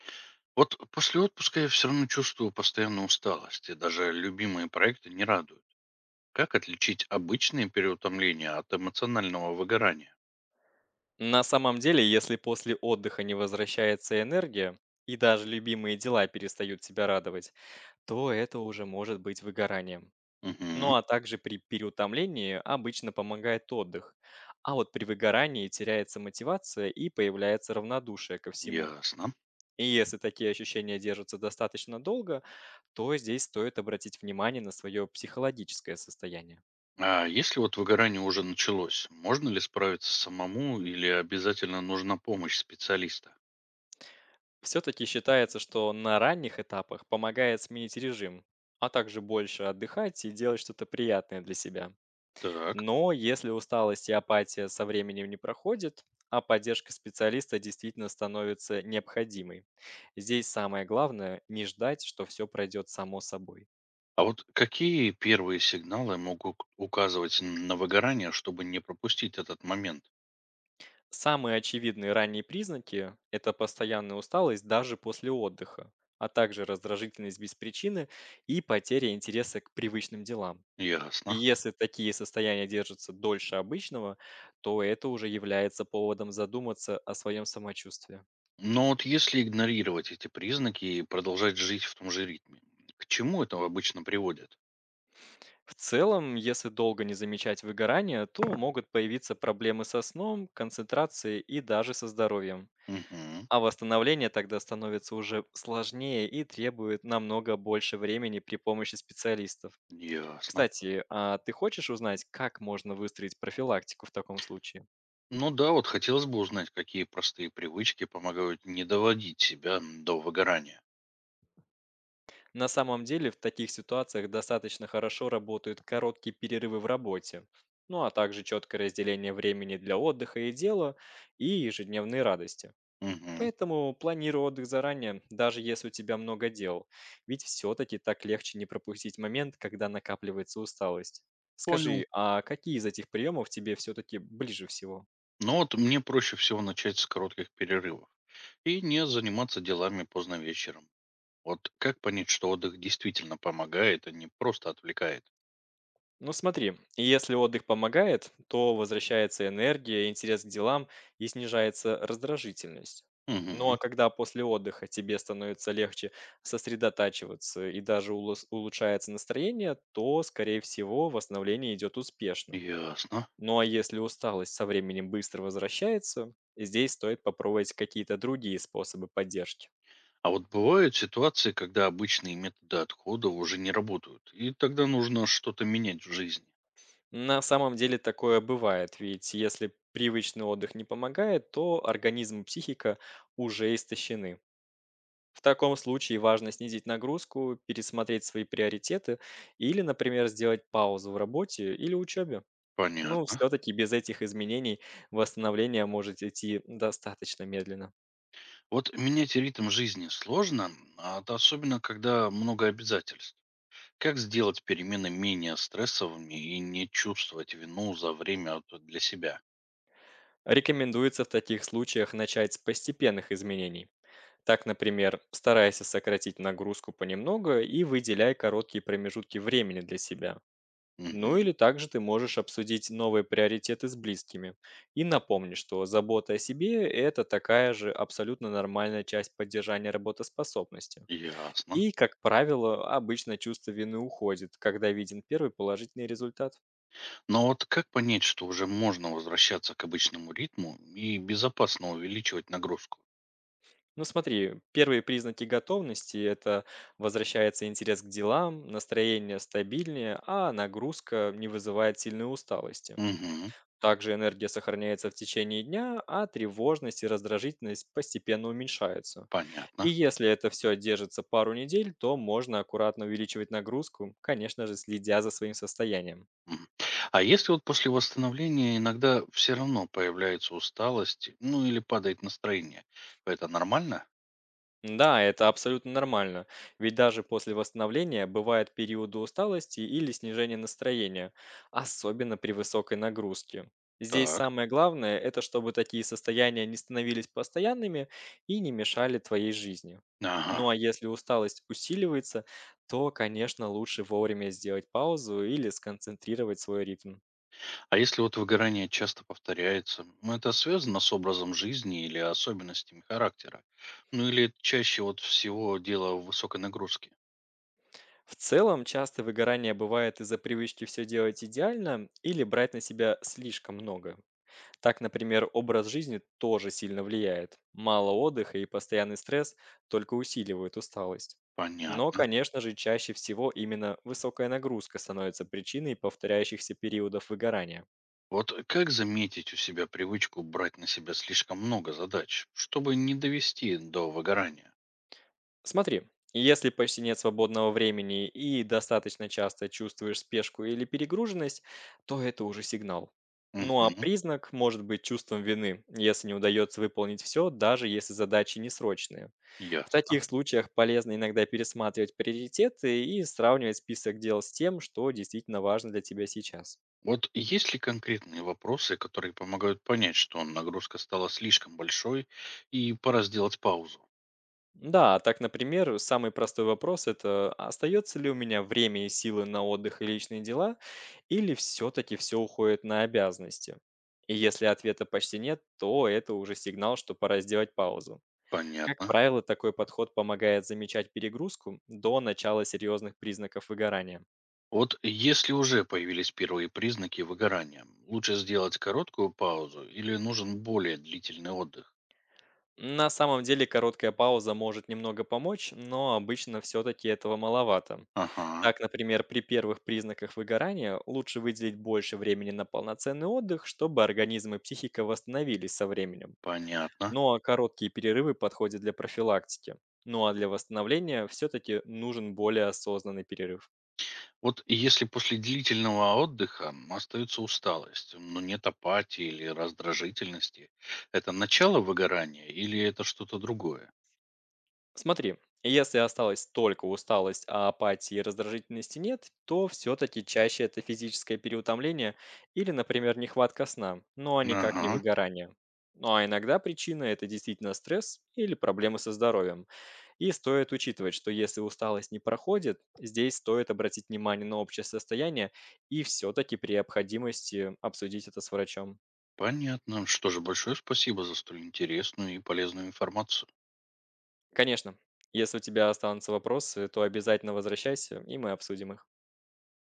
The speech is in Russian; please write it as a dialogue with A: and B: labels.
A: Вот после отпуска я все равно чувствую постоянную усталость, и даже любимые проекты не радуют. Как отличить обычные переутомления от эмоционального выгорания?
B: На самом деле, если после отдыха не возвращается энергия, и даже любимые дела перестают тебя радовать, то это уже может быть выгоранием.
A: Угу,
B: Ну а также при переутомлении обычно помогает отдых. А вот при выгорании теряется мотивация и появляется равнодушие ко всему.
A: ясно.
B: И если такие ощущения держатся достаточно долго, то здесь стоит обратить внимание на свое психологическое состояние.
A: А если вот выгорание уже началось, можно ли справиться самому или обязательно нужна помощь специалиста?
B: Все-таки считается, что на ранних этапах помогает сменить режим, а также больше отдыхать и делать что-то приятное для себя.
A: Так.
B: Но если усталость и апатия со временем не проходит, а поддержка специалиста действительно становится необходимой. Здесь самое главное– не ждать, что все пройдет само собой.
A: А вот какие первые сигналы могут указывать на выгорание, чтобы не пропустить этот момент?
B: Самые очевидные ранние признаки– это постоянная усталость даже после отдыха, а также раздражительность без причины и потеря интереса к привычным делам. И
A: Ясно.
B: если такие состояния держатся дольше обычного, то это уже является поводом задуматься о своем самочувствии.
A: Но вот если игнорировать эти признаки и продолжать жить в том же ритме, к чему это обычно приводит?
B: В целом, если долго не замечать выгорания, то могут появиться проблемы со сном, концентрацией и даже со здоровьем.
A: Угу,
B: А восстановление тогда становится уже сложнее и требует намного больше времени при помощи специалистов.
A: ясно.
B: Кстати, а ты хочешь узнать, как можно выстроить профилактику в таком случае?
A: Ну да, вот хотелось бы узнать, какие простые привычки помогают не доводить себя до выгорания.
B: На самом деле в таких ситуациях достаточно хорошо работают короткие перерывы в работе, ну а также четкое разделение времени для отдыха и дела и ежедневные радости.
A: Угу,
B: Поэтому планируй отдых заранее, даже если у тебя много дел, ведь все-таки так легче не пропустить момент, когда накапливается усталость.
A: понял.
B: Скажи, а какие из этих приемов тебе все-таки ближе всего?
A: Но вот мне проще всего начать с коротких перерывов и не заниматься делами поздно вечером. Вот как понять, что отдых действительно помогает, а не просто отвлекает?
B: Ну смотри, если отдых помогает, то возвращается энергия, интерес к делам и снижается раздражительность. Ну а
A: Угу,
B: когда после отдыха тебе становится легче сосредотачиваться и даже улучшается настроение, то, скорее всего, восстановление идет успешно.
A: ясно.
B: Ну а если усталость со временем быстро возвращается, здесь стоит попробовать какие-то другие способы поддержки.
A: А вот бывают ситуации, когда обычные методы отхода уже не работают, и тогда нужно что-то менять в жизни.
B: На самом деле такое бывает, ведь если привычный отдых не помогает, то организм и психика уже истощены. В таком случае важно снизить нагрузку, пересмотреть свои приоритеты или, например, сделать паузу в работе или учебе. Но
A: Понятно.
B: все-таки без этих изменений восстановление может идти достаточно медленно.
A: Вот менять ритм жизни сложно, а это особенно когда много обязательств. Как сделать перемены менее стрессовыми и не чувствовать вину за для себя?
B: Рекомендуется в таких случаях начать с постепенных изменений. Так, например, старайся сократить нагрузку понемногу и выделяй короткие промежутки времени для себя. Ну
A: Мгм.
B: или также ты можешь обсудить новые приоритеты с близкими. И напомни, что забота о себе– это такая же абсолютно нормальная часть поддержания работоспособности.
A: Ясно.
B: И, как правило, обычно чувство вины уходит, когда виден первый положительный результат.
A: Но вот как понять, что уже можно возвращаться к обычному ритму и безопасно увеличивать нагрузку?
B: Ну смотри, первые признаки готовности– это возвращается интерес к делам, настроение стабильнее, а нагрузка не вызывает сильной усталости.
A: Угу,
B: Также энергия сохраняется в течение дня, а тревожность и раздражительность постепенно уменьшаются.
A: понятно.
B: И если это все держится пару недель, то можно аккуратно увеличивать нагрузку, конечно же, следя за своим состоянием.
A: Мгм. А если вот после восстановления иногда все равно появляется усталость, ну или падает настроение, это нормально?
B: Да, это абсолютно нормально, ведь даже после восстановления бывают периоды усталости или снижения настроения, особенно при высокой нагрузке. Здесь
A: Так.
B: самое главное– это чтобы такие состояния не становились постоянными и не мешали твоей жизни.
A: Ага.
B: Ну а если усталость усиливается, то, конечно, лучше вовремя сделать паузу или сконцентрировать свой ритм.
A: А если вот выгорание часто повторяется, это связано с образом жизни или особенностями характера? Ну или чаще вот всего дело в высокой нагрузке?
B: В целом, часто выгорание бывает из-за привычки все делать идеально или брать на себя слишком много. Так, например, образ жизни тоже сильно влияет. Мало отдыха и постоянный стресс только усиливают усталость. Но,
A: Понятно.
B: конечно же, чаще всего именно высокая нагрузка становится причиной повторяющихся периодов выгорания.
A: Вот как заметить у себя привычку брать на себя слишком много задач, чтобы не довести до выгорания?
B: Смотри, если почти нет свободного времени и достаточно часто чувствуешь спешку или перегруженность, то это уже сигнал. Ну а
A: Угу.
B: признак может быть чувством вины, если не удается выполнить все, даже если задачи не срочные. В
A: Ясно.
B: таких случаях полезно иногда пересматривать приоритеты и сравнивать список дел с тем, что действительно важно для тебя сейчас.
A: Вот есть ли конкретные вопросы, которые помогают понять, что нагрузка стала слишком большой и пора сделать паузу?
B: Да, так, например, самый простой вопрос– это остается ли у меня время и силы на отдых и личные дела, или все-таки все уходит на обязанности? И если ответа почти нет, то это уже сигнал, что пора сделать паузу. Как
A: Понятно.
B: правило, такой подход помогает замечать перегрузку до начала серьезных признаков выгорания.
A: Вот если уже появились первые признаки выгорания, лучше сделать короткую паузу или нужен более длительный отдых?
B: На самом деле короткая пауза может немного помочь, но обычно все-таки этого маловато.
A: Ага,
B: Так, например, при первых признаках выгорания лучше выделить больше времени на полноценный отдых, чтобы организм и психика восстановились со временем.
A: понятно.
B: Ну а короткие перерывы подходят для профилактики. Ну а для восстановления все-таки нужен более осознанный перерыв.
A: Вот если после длительного отдыха остается усталость, но нет апатии или раздражительности, это начало выгорания или это что-то другое?
B: Смотри, если осталась только усталость, а апатии и раздражительности нет, то все-таки чаще это физическое переутомление или, например, нехватка сна, но никак не
A: Ага.
B: выгорание. Ну а иногда причина– это действительно стресс или проблемы со здоровьем. И стоит учитывать, что если усталость не проходит, здесь стоит обратить внимание на общее состояние и все-таки при необходимости обсудить это с врачом.
A: Понятно. Что же, большое спасибо за столь интересную и полезную информацию.
B: Конечно, если у тебя останутся вопросы, то обязательно возвращайся, и мы обсудим их.